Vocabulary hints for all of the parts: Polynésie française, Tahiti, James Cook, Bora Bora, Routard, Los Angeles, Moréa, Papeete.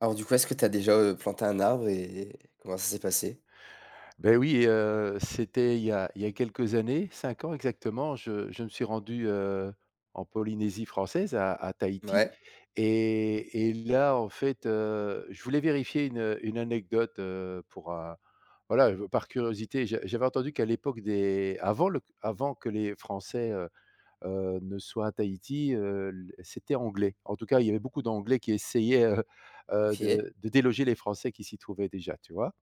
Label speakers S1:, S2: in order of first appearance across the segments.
S1: Alors du coup, est-ce que tu as déjà, planté un arbre et comment ça s'est passé?
S2: Ben oui, c'était il y a quelques années, 5 ans exactement, je me suis rendu, en Polynésie française, à Tahiti.
S1: Ouais,
S2: Et là, en fait, je voulais vérifier une anecdote, voilà, je par curiosité. J'avais entendu qu'à l'époque des avant le avant que les Français, ne soient à Tahiti, l c'était anglais. En tout cas, il y avait beaucoup d'anglais qui essayaient,
S1: OK,
S2: de déloger les Français qui s'y trouvaient déjà, tu vois?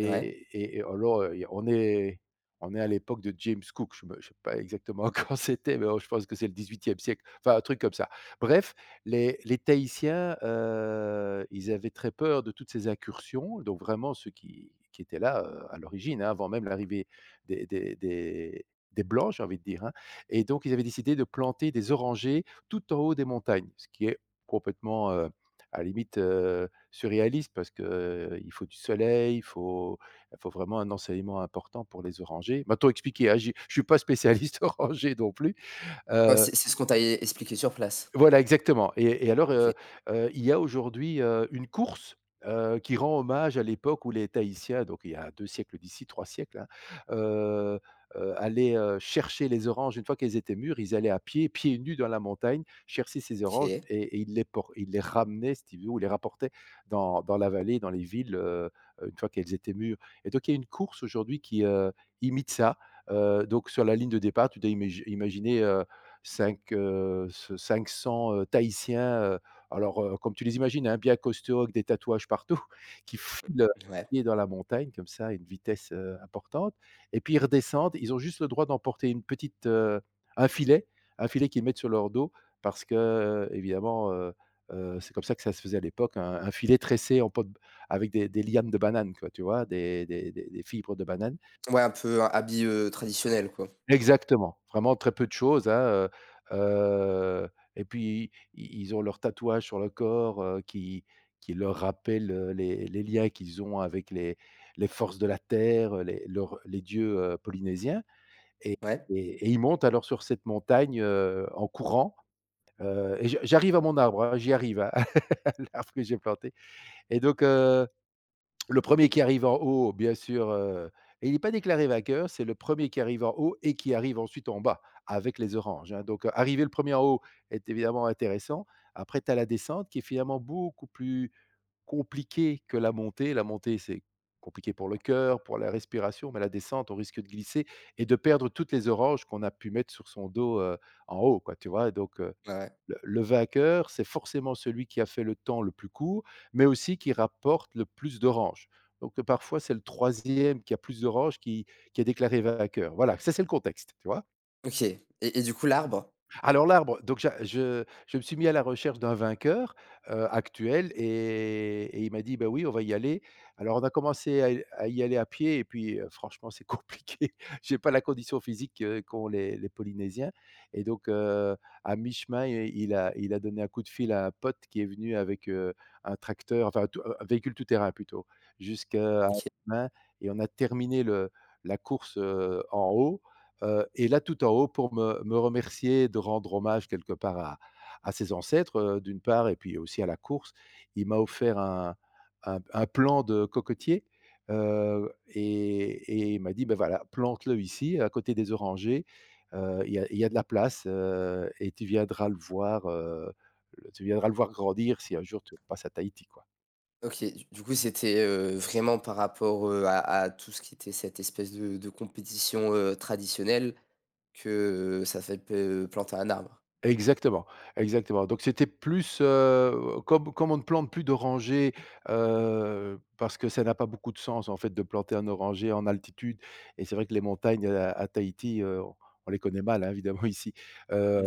S1: ouais.
S2: et et alors, y a on est à l'époque de James Cook, je me sais pas exactement quand c'était, mais, oh, je pense que c'est le 18e siècle, enfin un truc comme ça. Bref, les Tahitiens, ils avaient très peur de toutes ces incursions, donc vraiment ceux qui étaient là, à l'origine, hein, avant même l'arrivée des des des des blancs, j'ai envie de dire, hein. Et donc ils avaient décidé de planter des orangers tout en haut des montagnes, ce qui est complètement, à la limite, surréaliste parce que, il faut du soleil, il faut vraiment un ensoleillement important pour les orangers. Maintenant expliquer, hein, j'ai je ne suis pas spécialiste orangers non plus,
S1: Ouais,
S2: euh,
S1: c'est ce qu'on t'a e expliqué sur place?
S2: voilà, exactement. Et alors,
S1: OK,
S2: il y a aujourd'hui, une course, qui rend hommage à l'époque où les Tahitiens, donc il y a 2 siècles d'ici, 3 siècles, hein, heu allaient, chercher les oranges. Une fois qu'elles étaient mûres, ils allaient à pied, pieds nus dans la montagne, chercher ces oranges
S1: OK,
S2: et ils les ramenaient, si tu veux, ou les rapportaient dans la vallée, dans les villes, une fois qu'elles étaient mûres. Et donc il y a une course aujourd'hui qui, imite ça. Donc sur la ligne de départ, tu dois imaginer, 5, ce 500, Tahitiens, alors, comme tu les imagines, hein, bien costauds avec des tatouages partout, qui filent,
S1: ouais.
S2: dans la montagne comme ça à une vitesse, importante et puis ils redescendent. Ils ont juste le droit d'emporter un filet, un filet qu'ils mettent sur leur dos parce que, évidemment, c'est comme ça que ça se faisait à l'époque, un filet tressé en peau de avec des lianes de bananes quoi, tu vois? Des fibres de banane.
S1: Ouais, un peu un habit, traditionnel quoi?
S2: Exactement, vraiment très peu de choses, hein. heu heu et puis i ils ont leurs tatouages sur le corps, qui leur rappellent, les liens qu'ils ont avec les forces de la terre, les dieux, polynésiens. et
S1: Ouais,
S2: et et ils montent alors sur cette montagne, en courant, et je j'arrive à mon arbre, hein, j'y arrive, hein, l'arbre que j'ai planté. Et donc, le premier qui arrive en haut, bien sûr, et il n'est pas déclaré vainqueur, c'est le premier qui arrive en haut et qui arrive ensuite en bas avec les oranges, hein. Donc, arriver le premier en haut est évidemment intéressant. Après, tu as la descente qui est finalement beaucoup plus compliquée que la montée. La montée, c'est compliqué pour le cœur, pour la respiration, mais la descente, on risque de glisser et de perdre toutes les oranges qu'on a pu mettre sur son dos, en haut, quoi, tu vois? Donc,
S1: ouais, ouais.
S2: le vainqueur, c'est forcément celui qui a fait le temps le plus court, mais aussi qui rapporte le plus d'oranges. Donc, parfois, c'est le troisième qui a plus d'oranges qui est déclaré vainqueur. Voilà, ça, c'est le contexte, tu vois?
S1: OK et du coup l'arbre?
S2: Alors l'arbre, donc j'a je me suis mis à la recherche d'un vainqueur, actuel. Et il m'a dit: «Bah, oui, on va y aller». Alors on a commencé à y aller à pied et puis, franchement, c'est compliqué. J'ai pas la condition physique, qu'ont les Polynésiens. Et donc, à mi-chemin, i il a donné un coup de fil à un pote qui est venu avec, un tracteur, enfin tout un véhicule tout-terrain plutôt, jusqu'à à
S1: OK,
S2: mi-chemin et on a terminé le la course, en haut. Et là, tout en haut pour me remercier de rendre hommage quelque part à ses ancêtres, d'une part et puis aussi à la course. Il m'a offert un plant de cocotier. Et il m'a dit: «Ben voilà, plante-le ici, à côté des orangers, il y a de la place, et tu viendras le voir, le tu viendras le voir grandir si un jour tu passes à Tahiti, quoi».
S1: OK. Du coup, c'était, vraiment par rapport, à tout ce qui était cette espèce de compétition, traditionnelle que, ça fait pe planter un arbre?
S2: Exactement, exactement. Donc c'était plus, comme on ne plante plus d'orangers, parce que ça n'a pas beaucoup de sens en fait de planter un oranger en altitude. Et c'est vrai que les montagnes à Tahiti, on les connaît mal, hein, évidemment ici,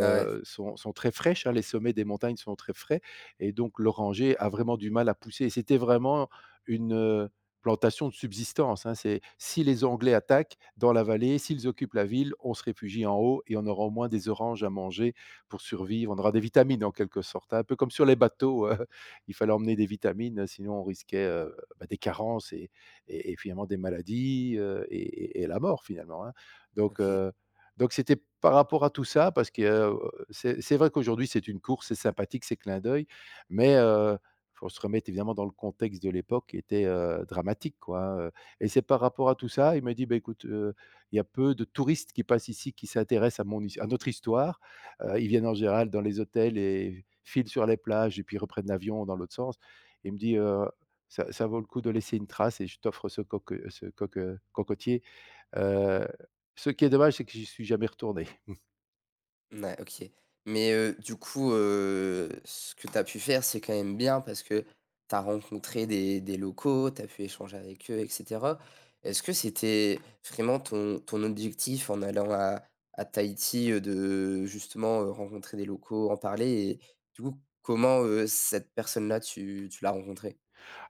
S1: Ah ouais,
S2: sont très fraîches, hein, les sommets des montagnes sont très frais et donc l'oranger a vraiment du mal à pousser et c'était vraiment une, plantation de subsistance, hein. C'est si les Anglais attaquent dans la vallée, s'ils occupent la ville, on se réfugie en haut et on aura au moins des oranges à manger pour survivre. On aura des vitamines en quelque sorte, hein, un peu comme sur les bateaux, il fallait emmener des vitamines, sinon on risquait, bah, des carences et finalement des maladies, et la mort finalement, hein. Donc
S1: OK.
S2: heu, donc c'était par rapport à tout ça parce que, c'est vrai qu'aujourd'hui c'est une course, c'est sympathique, c'est clin d'œil, mais faut se remettre évidemment dans le contexte de l'époque qui était, dramatique quoi, hein. Et c'est par rapport à tout ça, il m'a dit: «Bah écoute, il y a peu de touristes qui passent ici, qui s'intéressent à mon his à notre histoire». Ils viennent en général dans les hôtels et filent sur les plages et puis reprennent l'avion dans l'autre sens. Il me dit: Ça vaut le coup de laisser une trace et je t'offre cocotier». Heu, Ce qui est dommage, c'est que j'y suis jamais retourné.
S1: Ouais, OK. Mais, du coup, ce que tu as pu faire, c'est quand même bien parce que tu as rencontré des locaux, tu as pu échanger avec eux et cetera. Est-ce que c'était vraiment ton objectif en allant à Tahiti, de justement, rencontrer des locaux, en parler et du coup, comment, cette personne-là, tu l'as rencontrée?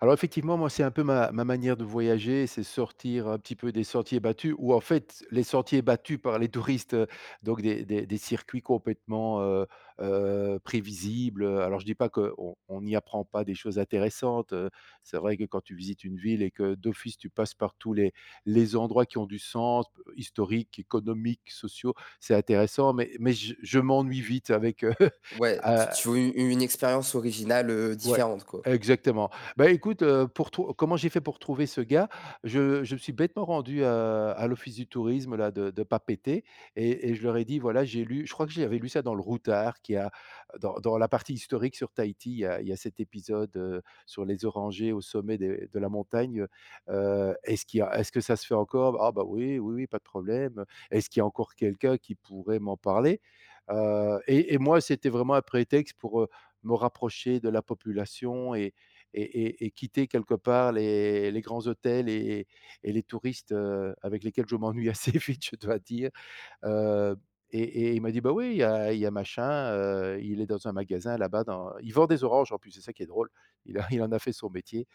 S2: Alors effectivement, moi, c'est un peu ma manière de voyager, c'est sortir un petit peu des sentiers battus ou en fait, les sentiers battus par les touristes, donc des circuits complètement, prévisibles. Alors je dis pas qu'on on n'y apprend pas des choses intéressantes. C'est vrai que quand tu visites une ville et que d'office tu passes par tous les endroits qui ont du sens, p historiques, économiques, sociaux, c'est intéressant , mais je m'ennuie vite avec,
S1: Ouais, tu veux u une expérience originale,
S2: ouais,
S1: différente, quoi?
S2: exactement. Bah, écoute, pour trou comment j'ai fait pour trouver ce gars? Je me suis bêtement rendu, à l'office du tourisme là de Papeete. Et je leur ai dit: «Voilà, j'ai lu», je crois que j'avais lu ça dans le Routard, qui a dans la partie historique sur Tahiti, il y a cet épisode, sur les orangers au sommet des de la montagne, «Est-ce qu'il y a Est-ce que ça se fait encore?» «Ah bah oui, oui, oui, pas de problème», «Est-ce qu'il y a encore quelqu'un qui pourrait m'en parler?» Et moi, c'était vraiment un prétexte pour me rapprocher de la population et quitter quelque part les grands hôtels et les touristes, avec lesquels je m'ennuie assez vite, je dois dire. Heu et et il m'a dit: «Bah, oui, il y a machin, il est dans un magasin là-bas dans», il vend des oranges en plus, c'est ça qui est drôle. Il a il en a fait son métier.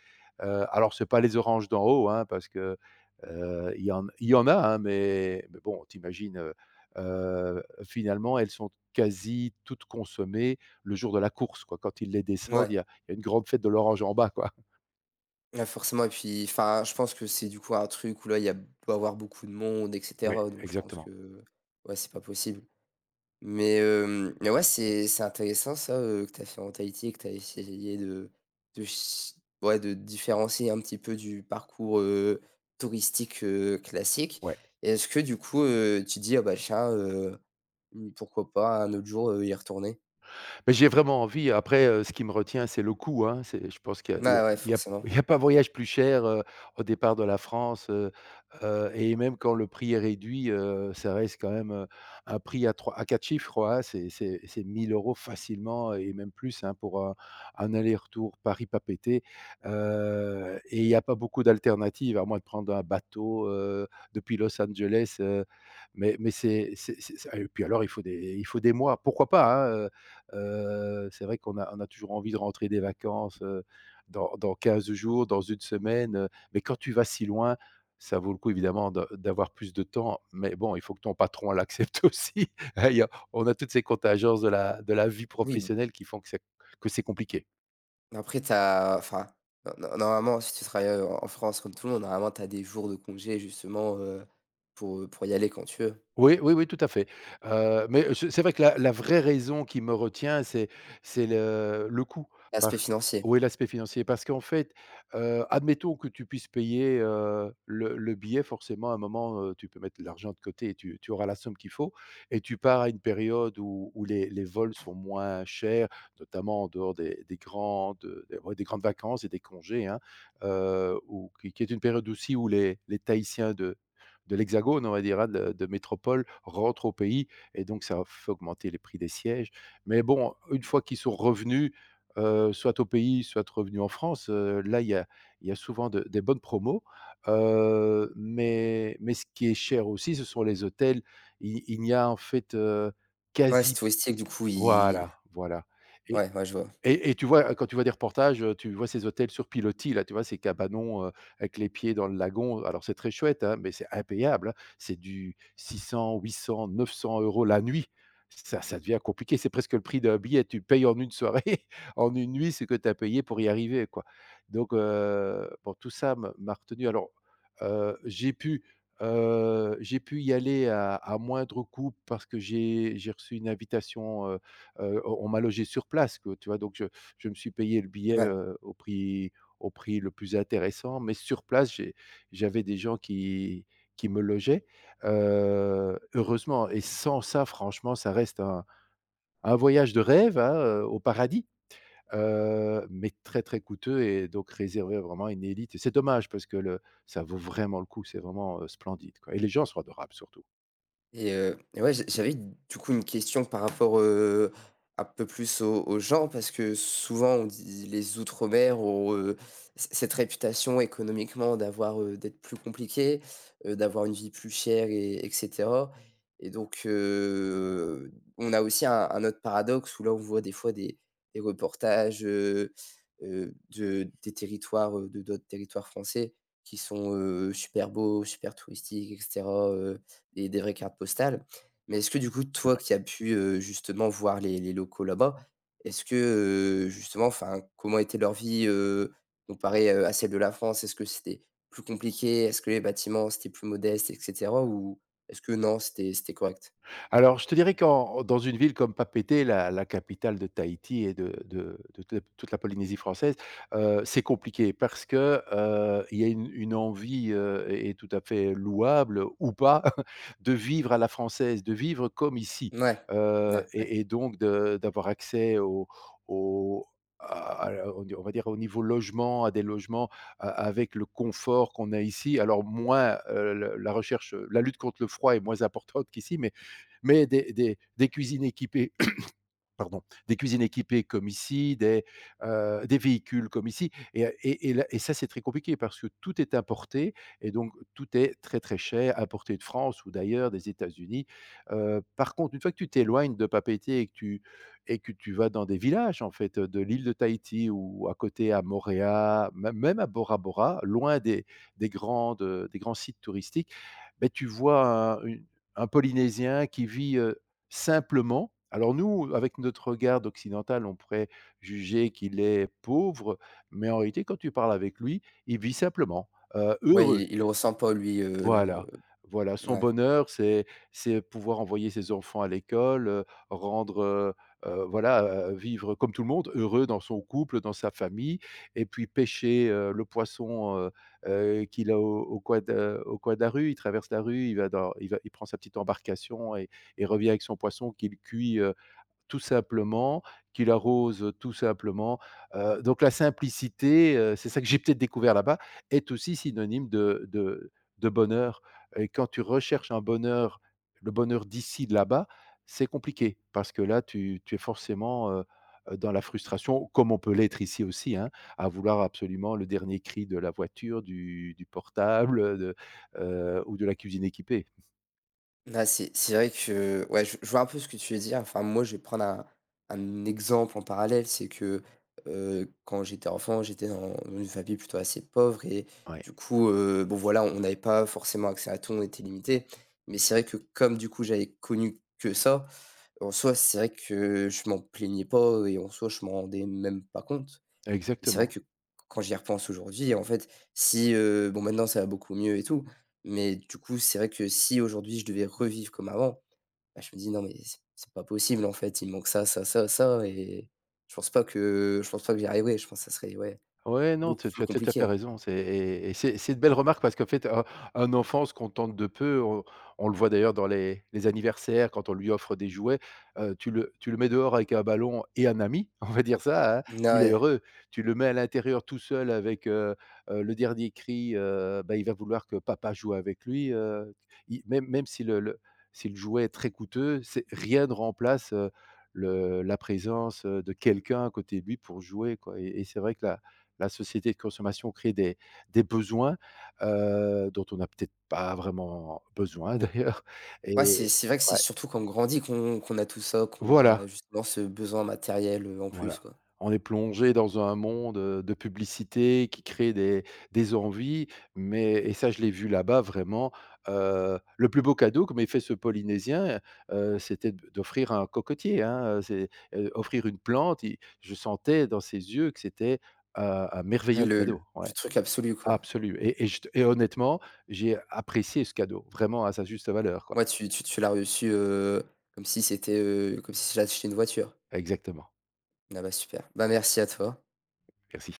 S2: Alors c'est pas les oranges d'en haut, hein, parce que, il y en a, hein, mais bon, tu imagines, finalement, elles sont quasi toutes consommées le jour de la course, quoi. Quand ils les descendent,
S1: Ouais.
S2: il y a une grande fête de l'orange en bas, quoi.
S1: Ouais, forcément et puis enfin, je pense que c'est du coup un truc où là, il y a doit avoir beaucoup de monde et
S2: Ouais,
S1: cetera, donc je pense
S2: exactement.
S1: que, ouais, c'est pas possible. Mais, mais ouais, c'est intéressant ça, que tu as fait en Tahiti et que tu as essayé de ch ouais, de différencier un petit peu du parcours, touristique, classique.
S2: Ouais.
S1: Et Est-ce que du coup, tu dis: «Ah bah tiens, pourquoi pas un autre jour, y retourner?»
S2: Mais j'ai vraiment envie. Après, ce qui me retient, c'est le coût, hein. C'est Je pense qu'il n'y a
S1: Ouais, ouais,
S2: il y a il
S1: forcément.
S2: y a pas voyage plus cher, au départ de la France, et même quand le prix est réduit, ça reste quand même, un prix à 3 à 4 chiffres, je hein. C'est 1 000 facilement et même plus, hein, pour un aller-retour Paris-Papeete, et il n'y a pas beaucoup d'alternatives, à moins de prendre un bateau, depuis Los Angeles, mais c'est ça et puis alors, il faut des mois. Pourquoi pas, hein, c'est vrai qu'on a toujours envie de rentrer des vacances, dans 15 jours, dans une semaine, mais quand tu vas si loin, ça vaut le coup évidemment de d'avoir plus de temps, mais bon, il faut que ton patron l'accepte aussi. Hein, il y a on a toutes ces contingences de la vie
S1: Oui.
S2: professionnelle qui font que c'est compliqué.
S1: Après t'as, enfin, no normalement si tu travailles, en France comme tout le monde, normalement tu as des jours de congé justement, pour y aller quand tu veux.
S2: Oui, oui, oui, tout à fait. Mais c'est vrai que la vraie raison qui me retient, c'est c'est le coût
S1: L'aspect
S2: parce
S1: financier.
S2: oui, l'aspect financier parce qu'en fait, admettons que tu puisses payer, le billet forcément à un moment, tu peux mettre de l'argent de côté et tu auras la somme qu'il faut et tu pars à une période où les vols sont moins chers, notamment en dehors des ouais, des grandes vacances et des congés, hein, ou qui est une période aussi où les Tahitiens de l'Hexagone, on va dire, hein, de métropole, rentrent au pays et donc ça fait augmenter les prix des sièges. Mais bon, une fois qu'ils sont revenus, soit au pays, soit revenus en France, là, il y a souvent de des bonnes promos. Mais ce qui est cher aussi, ce sont les hôtels. Il n'y a en fait,
S1: Ouais, c'est
S2: quasi
S1: touristique du coup, ils
S2: voilà, voilà.
S1: ouais, ouais, je vois.
S2: Et tu vois, quand tu vois des reportages, tu vois ces hôtels sur pilotis là, tu vois ces cabanons, avec les pieds dans le lagon. Alors c'est très chouette, hein, mais c'est impayable, hein. C'est du 600-800-900 euros la nuit. Ça devient compliqué, c'est presque le prix d'un billet. Tu payes en une soirée, en une nuit ce que tu as payé pour y arriver, quoi. Donc bon tout ça me m'a retenu. Alors, heu, j'ai pu, j'ai pu y aller à moindre coût parce que j'ai reçu une invitation, on m'a logé sur place, que tu vois? Donc je me suis payé le billet,
S1: Ouais.
S2: au prix le plus intéressant, mais sur place, j'avais des gens qui me logeaient, heureusement et sans ça, franchement, ça reste un voyage de rêve, hein, au paradis, mais très, très coûteux et donc réservé vraiment à une élite et c'est dommage parce que le ça vaut vraiment le coup, c'est vraiment, splendide, quoi et les gens sont adorables surtout.
S1: Et ouais, j'avais du coup une question par rapport, un peu plus au genre parce que souvent on dit les outre-mer ont, c cette réputation économiquement d'avoir, d'être plus compliqué, d'avoir une vie plus chère et etc, et donc on a aussi un autre paradoxe où là on voit des fois des reportages, de des territoires, de d'autres territoires français qui sont, super beaux, super touristiques et cetera, et des vraies cartes postales. Mais est-ce que du coup, toi qui as pu, justement voir les locaux là-bas, est-ce que, justement, enfin, comment était leur vie, comparée, à celle de la France? Est-ce que c'était plus compliqué? Est-ce que les bâtiments, c'était plus modeste et cetera? Ou est-ce que non, c'était correct?
S2: Alors, je te dirais qu'en dans une ville comme Papeete, la capitale de Tahiti et de toute la Polynésie française, c'est compliqué parce que, il y a une envie, et tout à fait louable ou pas, de vivre à la française, de vivre comme ici,
S1: Mouais, ouais, ouais.
S2: et donc de d'avoir accès au au à on va dire au niveau logement, à des logements a avec le confort qu'on a ici. Alors moins, le la recherche, la lutte contre le froid est moins importante qu'ici, mais des cuisines équipées, pardon, des cuisines équipées comme ici, des véhicules comme ici. Ça, c'est très compliqué parce que tout est importé et donc tout est très cher, importé de France ou d'ailleurs, des États-Unis. Par contre, une fois que tu t'éloignes de Papeete et que tu vas dans des villages, en fait, de l'île de Tahiti ou à côté à Moréa, même à Bora Bora, loin des grands sites touristiques, ben, tu vois un Polynésien qui vit simplement. Alors nous, avec notre regard occidental, on pourrait juger qu'il est pauvre, mais en réalité, quand tu parles avec lui, il vit simplement,
S1: Ouais,
S2: heureux.
S1: il ressent pas lui,
S2: Voilà, voilà, son
S1: ouais.
S2: bonheur, c'est pouvoir envoyer ses enfants à l'école, rendre, heu voilà, vivre comme tout le monde, heureux dans son couple, dans sa famille et puis pêcher, le poisson, qu'il a au coin de la rue. Il traverse la rue, il va dans il va il prend sa petite embarcation et revient avec son poisson qu'il cuit, tout simplement, qu'il arrose, tout simplement, donc la simplicité, c'est ça que j'ai peut-être découvert là-bas, est aussi synonyme de de bonheur et quand tu recherches un bonheur, le bonheur d'ici, de là-bas, c'est compliqué parce que là, tu es forcément, dans la frustration, comme on peut l'être ici aussi, hein, à vouloir absolument le dernier cri de la voiture, du portable, de, ou de la cuisine équipée.
S1: Là, c'est vrai que ouais, je vois un peu ce que tu veux dire. Enfin, moi, je vais prendre un exemple en parallèle, c'est que, quand j'étais enfant, j'étais dans une famille plutôt assez pauvre et
S2: Ouais,
S1: du coup, bon, voilà, on n'avait pas forcément accès à tout, on était limité. Mais c'est vrai que comme, du coup, j'avais connu que ça, en soi, c'est vrai que je m'en plaignais pas et en soi, je m'en rendais même pas compte. Et c'est vrai
S2: exactement.
S1: que quand j'y repense aujourd'hui, en fait, si, bon maintenant ça va beaucoup mieux et tout, mais du coup, c'est vrai que si aujourd'hui je devais revivre comme avant, bah, je me dis: «Non mais c'est pas possible en fait, il me manque ça, ça, ça, ça» et je pense pas que j'y arriverai. Je pense que ça serait, ouais,
S2: Ouais, non,
S1: beaucoup
S2: tu
S1: plus
S2: as tout à fait
S1: compliqué.
S2: raison. C'est et c'est une belle remarque parce qu'en fait, un enfant se contente de peu. On le voit d'ailleurs dans les anniversaires quand on lui offre des jouets, tu le mets dehors avec un ballon et un ami, on va dire ça, hein,
S1: Non
S2: il est
S1: ouais.
S2: heureux. Tu le mets à l'intérieur tout seul avec, le dernier cri, bah, il va vouloir que papa joue avec lui, il même si le si le jouet est très coûteux, c'est rien ne remplace, le la présence, de quelqu'un à côté de lui pour jouer, quoi et c'est vrai que la société de consommation crée des besoins, dont on n'a peut-être pas vraiment besoin d'ailleurs
S1: Ouais, c'est
S2: et
S1: vrai que c'est
S2: ouais,
S1: surtout quand on grandit qu'on a tout ça, qu'on a
S2: voilà,
S1: justement ce besoin matériel, en
S2: voilà.
S1: plus, quoi.
S2: On est plongé dans un monde, de publicité qui crée des envies, mais et ça je l'ai vu là-bas vraiment, le plus beau cadeau que m'ait fait ce Polynésien, c'était d'offrir un cocotier, hein, c'est, offrir une plante, il je sentais dans ses yeux que c'était, heu, un
S1: Ah
S2: merveilleux cadeau,
S1: le
S2: ouais.
S1: truc absolu, quoi.
S2: Absolu je te et honnêtement, j'ai apprécié ce cadeau, vraiment à sa juste valeur, quoi.
S1: Moi tu l'as reçu, comme si c'était, comme si j'achetais une voiture.
S2: Exactement.
S1: Ah bah super. Bah merci à toi.
S2: Merci.